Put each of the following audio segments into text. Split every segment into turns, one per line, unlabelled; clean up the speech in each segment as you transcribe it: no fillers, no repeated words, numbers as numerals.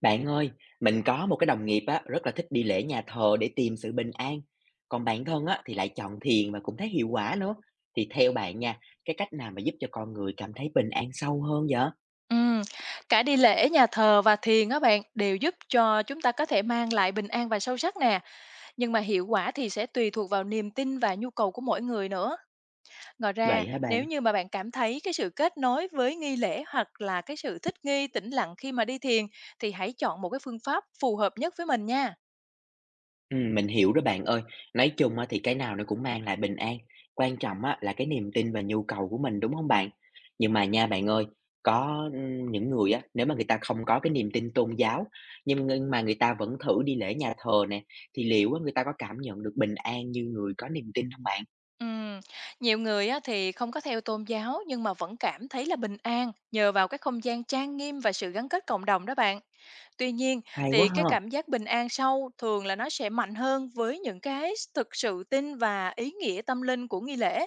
Bạn ơi, mình có một cái đồng nghiệp á, rất là thích đi lễ nhà thờ để tìm sự bình an. Còn bản thân á, thì lại chọn thiền và cũng thấy hiệu quả nữa. Thì theo bạn nha, cái cách nào mà giúp cho con người cảm thấy bình an sâu hơn vậy?
Ừm, cả đi lễ, nhà thờ và thiền á bạn đều giúp cho chúng ta có thể mang lại bình an và sâu sắc nè, nhưng mà hiệu quả thì sẽ tùy thuộc vào niềm tin và nhu cầu của mỗi người nữa. Ngoài ra,
Vậy hả bạn?
nếu như mà bạn cảm thấy cái sự kết nối với nghi lễ hoặc là cái sự thích nghi tĩnh lặng khi mà đi thiền thì hãy chọn một cái phương pháp phù hợp nhất với mình nha.
Mình hiểu đó bạn ơi. Nói chung á thì cái nào nó cũng mang lại bình an, quan trọng á là cái niềm tin và nhu cầu của mình, đúng không bạn? Nhưng mà nha bạn ơi, có, những người á, nếu mà người ta không có cái niềm tin tôn giáo, nhưng mà người ta vẫn thử đi lễ nhà thờ nè, thì liệu á người ta có cảm nhận được bình an như người có niềm tin không bạn?
Ừm, nhiều người á thì không có theo tôn giáo nhưng mà vẫn cảm thấy là bình an nhờ vào cái không gian trang nghiêm và sự gắn kết cộng đồng đó bạn. Tuy nhiên
Hay quá
thì cái
ha!
cảm giác bình an sau thường là nó sẽ mạnh hơn với những cái thực sự tin và ý nghĩa tâm linh của nghi lễ.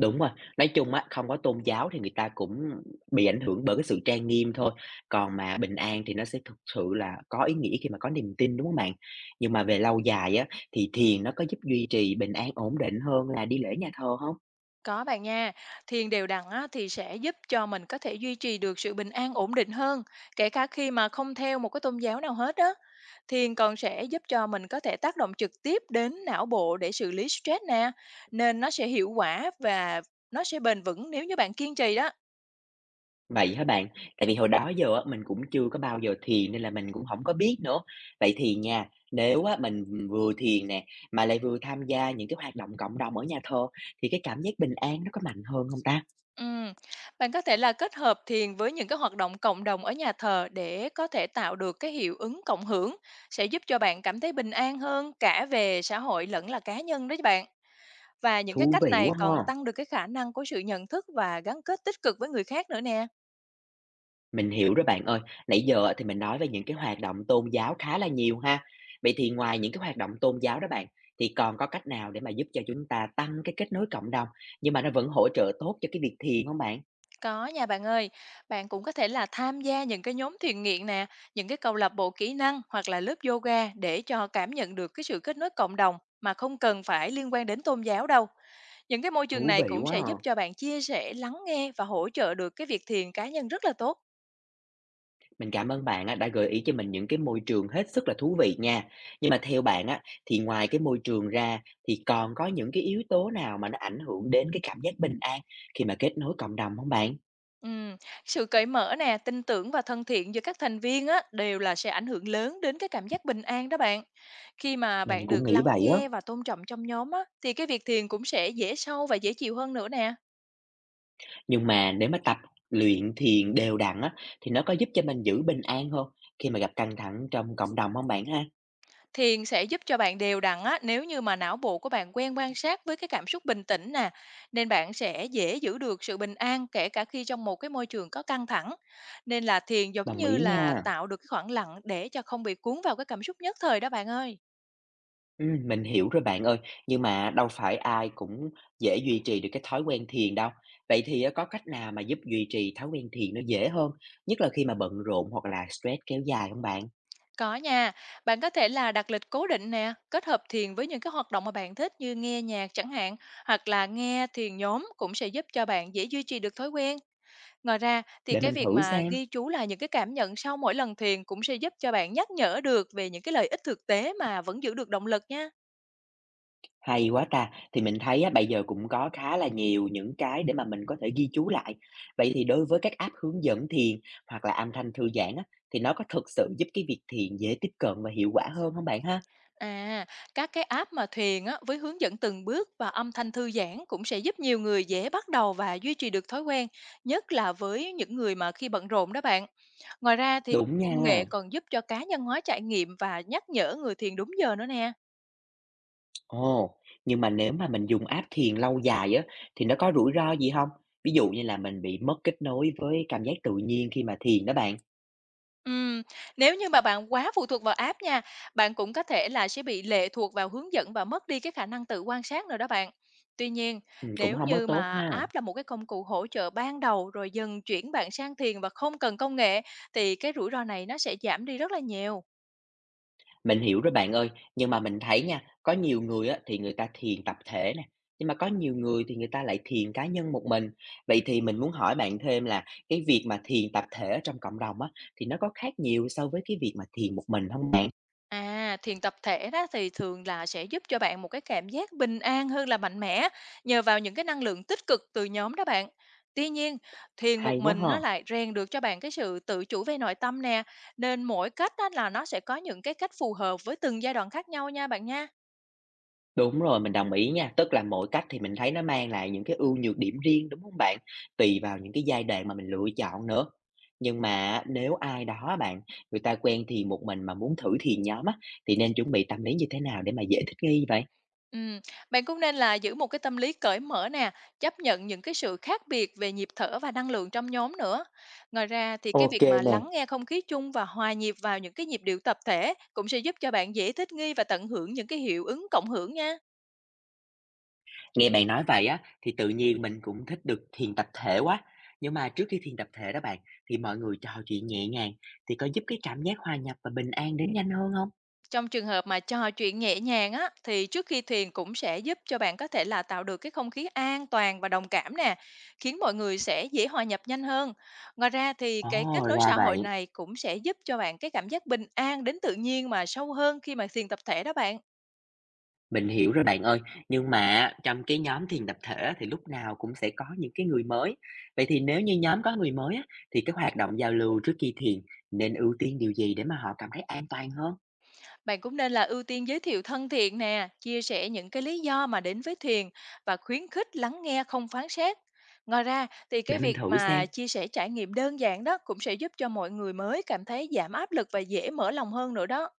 Đúng rồi, nói chung á, không có tôn giáo thì người ta cũng bị ảnh hưởng bởi cái sự trang nghiêm thôi, còn mà bình an thì nó sẽ thực sự là có ý nghĩa khi mà có niềm tin, đúng không bạn? Nhưng mà về lâu dài á, thì thiền nó có giúp duy trì bình an ổn định hơn là đi lễ nhà thờ không?
Có bạn nha, thiền đều đặn á thì sẽ giúp cho mình có thể duy trì được sự bình an ổn định hơn, kể cả khi mà không theo một cái tôn giáo nào hết đó. Thiền còn sẽ giúp cho mình có thể tác động trực tiếp đến não bộ để xử lý stress nè, nên nó sẽ hiệu quả và nó sẽ bền vững nếu như bạn kiên trì đó.
Vậy hả bạn? Tại vì hồi đó giờ á, mình cũng chưa có bao giờ thiền nên là mình cũng không có biết nữa. Vậy thì nha, nếu á, mình vừa thiền nè, mà lại vừa tham gia những cái hoạt động cộng đồng ở nhà thờ thì cái cảm giác bình an nó có mạnh hơn không ta?
Ừm, bạn có thể là kết hợp thiền với những cái hoạt động cộng đồng ở nhà thờ để có thể tạo được cái hiệu ứng cộng hưởng, sẽ giúp cho bạn cảm thấy bình an hơn cả về xã hội lẫn là cá nhân đấy bạn. Và những
Thú
cái cách
vị
này
quá ha!
còn tăng được cái khả năng của sự nhận thức và gắn kết tích cực với người khác nữa nè.
Mình hiểu rồi bạn ơi. Nãy giờ thì mình nói về những cái hoạt động tôn giáo khá là nhiều ha. Vậy thì ngoài những cái hoạt động tôn giáo đó bạn, thì còn có cách nào để mà giúp cho chúng ta tăng cái kết nối cộng đồng, nhưng mà nó vẫn hỗ trợ tốt cho cái việc thiền không bạn?
Có nha bạn ơi, bạn cũng có thể là tham gia những cái nhóm thiền nghiện nè, những cái câu lạc bộ kỹ năng hoặc là lớp yoga để cho cảm nhận được cái sự kết nối cộng đồng mà không cần phải liên quan đến tôn giáo đâu. Những cái môi trường
Thú
này
vị
cũng
quá
sẽ
à.
giúp cho bạn chia sẻ, lắng nghe và hỗ trợ được cái việc thiền cá nhân rất là tốt.
Mình cảm ơn bạn á, đã gợi ý cho mình những cái môi trường hết sức là thú vị nha. Nhưng mà theo bạn á, thì ngoài cái môi trường ra thì còn có những cái yếu tố nào mà nó ảnh hưởng đến cái cảm giác bình an khi mà kết nối cộng đồng không bạn?
Ừm, sự cởi mở nè, tin tưởng và thân thiện giữa các thành viên á đều là sẽ ảnh hưởng lớn đến cái cảm giác bình an đó bạn. Khi mà
Mình
bạn
cũng
được
nghĩ
lắng
vậy á.
nghe và tôn trọng trong nhóm á thì cái việc thiền cũng sẽ dễ sâu và dễ chịu hơn nữa nè.
Nhưng mà nếu mà tập luyện thiền đều đặn á, thì nó có giúp cho mình giữ bình an hông, khi mà gặp căng thẳng trong cộng đồng không bạn ha?
Thiền sẽ giúp cho bạn đều đặn á, nếu như mà não bộ của bạn quen quan sát với cái cảm xúc bình tĩnh nè, nên bạn sẽ dễ giữ được sự bình an kể cả khi trong một cái môi trường có căng thẳng. Nên là thiền giống
Đồng
như
ý
là
nha.
tạo được cái khoảng lặng để cho không bị cuốn vào cái cảm xúc nhất thời đó bạn ơi.
Mình hiểu rồi bạn ơi, nhưng mà đâu phải ai cũng dễ duy trì được cái thói quen thiền đâu. Vậy thì á, có cách nào mà giúp duy trì thói quen thiền nó dễ hơn, nhất là khi mà bận rộn hoặc là stress kéo dài không bạn?
Có nha, bạn có thể là đặt lịch cố định nè, kết hợp thiền với những cái hoạt động mà bạn thích như nghe nhạc chẳng hạn, hoặc là nghe thiền nhóm cũng sẽ giúp cho bạn dễ duy trì được thói quen. Ngoài ra thì
Để
cái
mình
việc
thử
mà
xem.
ghi chú lại những cái cảm nhận sau mỗi lần thiền cũng sẽ giúp cho bạn nhắc nhở được về những cái lợi ích thực tế mà vẫn giữ được động lực nha.
Hay quá ta! Thì mình thấy á, bây giờ cũng có khá là nhiều những cái để mà mình có thể ghi chú lại. Vậy thì đối với các app hướng dẫn thiền hoặc là âm thanh thư giãn á, thì nó có thực sự giúp cái việc thiền dễ tiếp cận và hiệu quả hơn không bạn ha?
À, các cái app mà thiền á, với hướng dẫn từng bước và âm thanh thư giãn cũng sẽ giúp nhiều người dễ bắt đầu và duy trì được thói quen, nhất là với những người mà khi bận rộn đó bạn. Ngoài ra thì
Đúng
công nghệ
nha.
còn giúp cho cá nhân hóa trải nghiệm và nhắc nhở người thiền đúng giờ nữa nè.
Ồ, nhưng mà nếu mà mình dùng app thiền lâu dài á, thì nó có rủi ro gì không? Ví dụ như là mình bị mất kết nối với cảm giác tự nhiên khi mà thiền đó bạn.
Ừm, nếu như mà bạn quá phụ thuộc vào app nha, bạn cũng có thể là sẽ bị lệ thuộc vào hướng dẫn và mất đi cái khả năng tự quan sát nữa đó bạn. Tuy nhiên,
Cũng
nếu
không có
như
tốt
mà
ha.
app là một cái công cụ hỗ trợ ban đầu rồi dần chuyển bạn sang thiền và không cần công nghệ thì cái rủi ro này nó sẽ giảm đi rất là nhiều.
Mình hiểu rồi bạn ơi, nhưng mà mình thấy nha, có nhiều người á thì người ta thiền tập thể nè, nhưng mà có nhiều người thì người ta lại thiền cá nhân một mình. Vậy thì mình muốn hỏi bạn thêm là cái việc mà thiền tập thể ở trong cộng đồng á thì nó có khác nhiều so với cái việc mà thiền một mình không bạn?
À, thiền tập thể đó thì thường là sẽ giúp cho bạn một cái cảm giác bình an hơn là mạnh mẽ nhờ vào những cái năng lượng tích cực từ nhóm đó bạn. Tuy nhiên, thiền một
Hay quá
mình
ha!
nó lại rèn được cho bạn cái sự tự chủ về nội tâm nè, nên mỗi cách đó là nó sẽ có những cái cách phù hợp với từng giai đoạn khác nhau nha.
Đúng rồi, mình đồng ý nha. Tức là mỗi cách thì mình thấy nó mang lại những cái ưu nhược điểm riêng, đúng không bạn? Tùy vào những cái giai đoạn mà mình lựa chọn nữa. Nhưng mà á, nếu ai đó á bạn, người ta quen thiền một mình mà muốn thử thiền nhóm á, thì nên chuẩn bị tâm lý như thế nào để mà dễ thích nghi vậy?
Ừm, bạn cũng nên là giữ một cái tâm lý cởi mở nè, chấp nhận những cái sự khác biệt về nhịp thở và năng lượng trong nhóm nữa. Ngoài ra thì cái việc
Ok
mà
nè,
lắng nghe không khí chung và hòa nhịp vào những cái nhịp điệu tập thể cũng sẽ giúp cho bạn dễ thích nghi và tận hưởng những cái hiệu ứng cộng hưởng nha.
nghe bạn nói vậy á, thì tự nhiên mình cũng thích được thiền tập thể quá. Nhưng mà trước khi thiền tập thể đó bạn, thì mọi người trò chuyện nhẹ nhàng, thì có giúp cái cảm giác hòa nhập và bình an đến nhanh hơn không?
Trong trường hợp mà trò chuyện nhẹ nhàng á, thì trước khi thiền cũng sẽ giúp cho bạn có thể là tạo được cái không khí an toàn và đồng cảm nè, khiến mọi người sẽ dễ hòa nhập nhanh hơn. Ngoài ra thì cái kết
Ồ,
nối
ra
xã hội
vậy.
này cũng sẽ giúp cho bạn cái cảm giác bình an đến tự nhiên mà sâu hơn khi mà thiền tập thể đó bạn.
Mình hiểu rồi bạn ơi, nhưng mà trong cái nhóm thiền tập thể thì lúc nào cũng sẽ có những cái người mới. Vậy thì nếu như nhóm có người mới á, thì cái hoạt động giao lưu trước khi thiền nên ưu tiên điều gì để mà họ cảm thấy an toàn hơn?
Bạn cũng nên là ưu tiên giới thiệu thân thiện nè, chia sẻ những cái lý do mà đến với thiền và khuyến khích lắng nghe không phán xét. Ngoài ra thì cái
Để mình
việc
thử
mà
xem,
chia sẻ trải nghiệm đơn giản đó cũng sẽ giúp cho mọi người mới cảm thấy giảm áp lực và dễ mở lòng hơn nữa đó.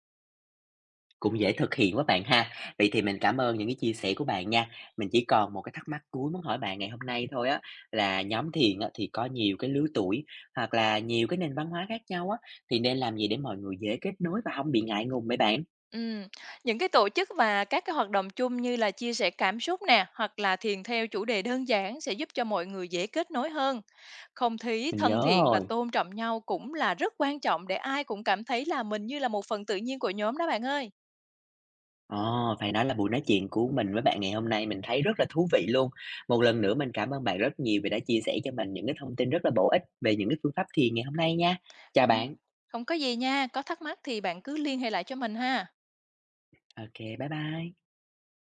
cũng dễ thực hiện quá bạn ha. Vậy thì mình cảm ơn những cái chia sẻ của bạn nha. Mình chỉ còn một cái thắc mắc cuối muốn hỏi bạn ngày hôm nay thôi á, là nhóm thiền á, thì có nhiều cái lứa tuổi hoặc là nhiều cái nền văn hóa khác nhau á, thì nên làm gì để mọi người dễ kết nối và không bị ngại ngùng vậy bạn?
Ừm, những cái tổ chức và các cái hoạt động chung như là chia sẻ cảm xúc nè, hoặc là thiền theo chủ đề đơn giản sẽ giúp cho mọi người dễ kết nối hơn. Không khí
Mình nhớ
thân thiện và
rồi.
tôn trọng nhau cũng là rất quan trọng để ai cũng cảm thấy là mình như là một phần tự nhiên của nhóm đó bạn ơi.
Ồ, phải nói là buổi nói chuyện của mình với bạn ngày hôm nay mình thấy rất là thú vị luôn. Một lần nữa mình cảm ơn bạn rất nhiều vì đã chia sẻ cho mình những cái thông tin rất là bổ ích về những cái phương pháp thiền ngày hôm nay nha. Chào
Không,
bạn.
không có gì nha, có thắc mắc thì bạn cứ liên hệ lại cho mình ha.
OK, bye bye.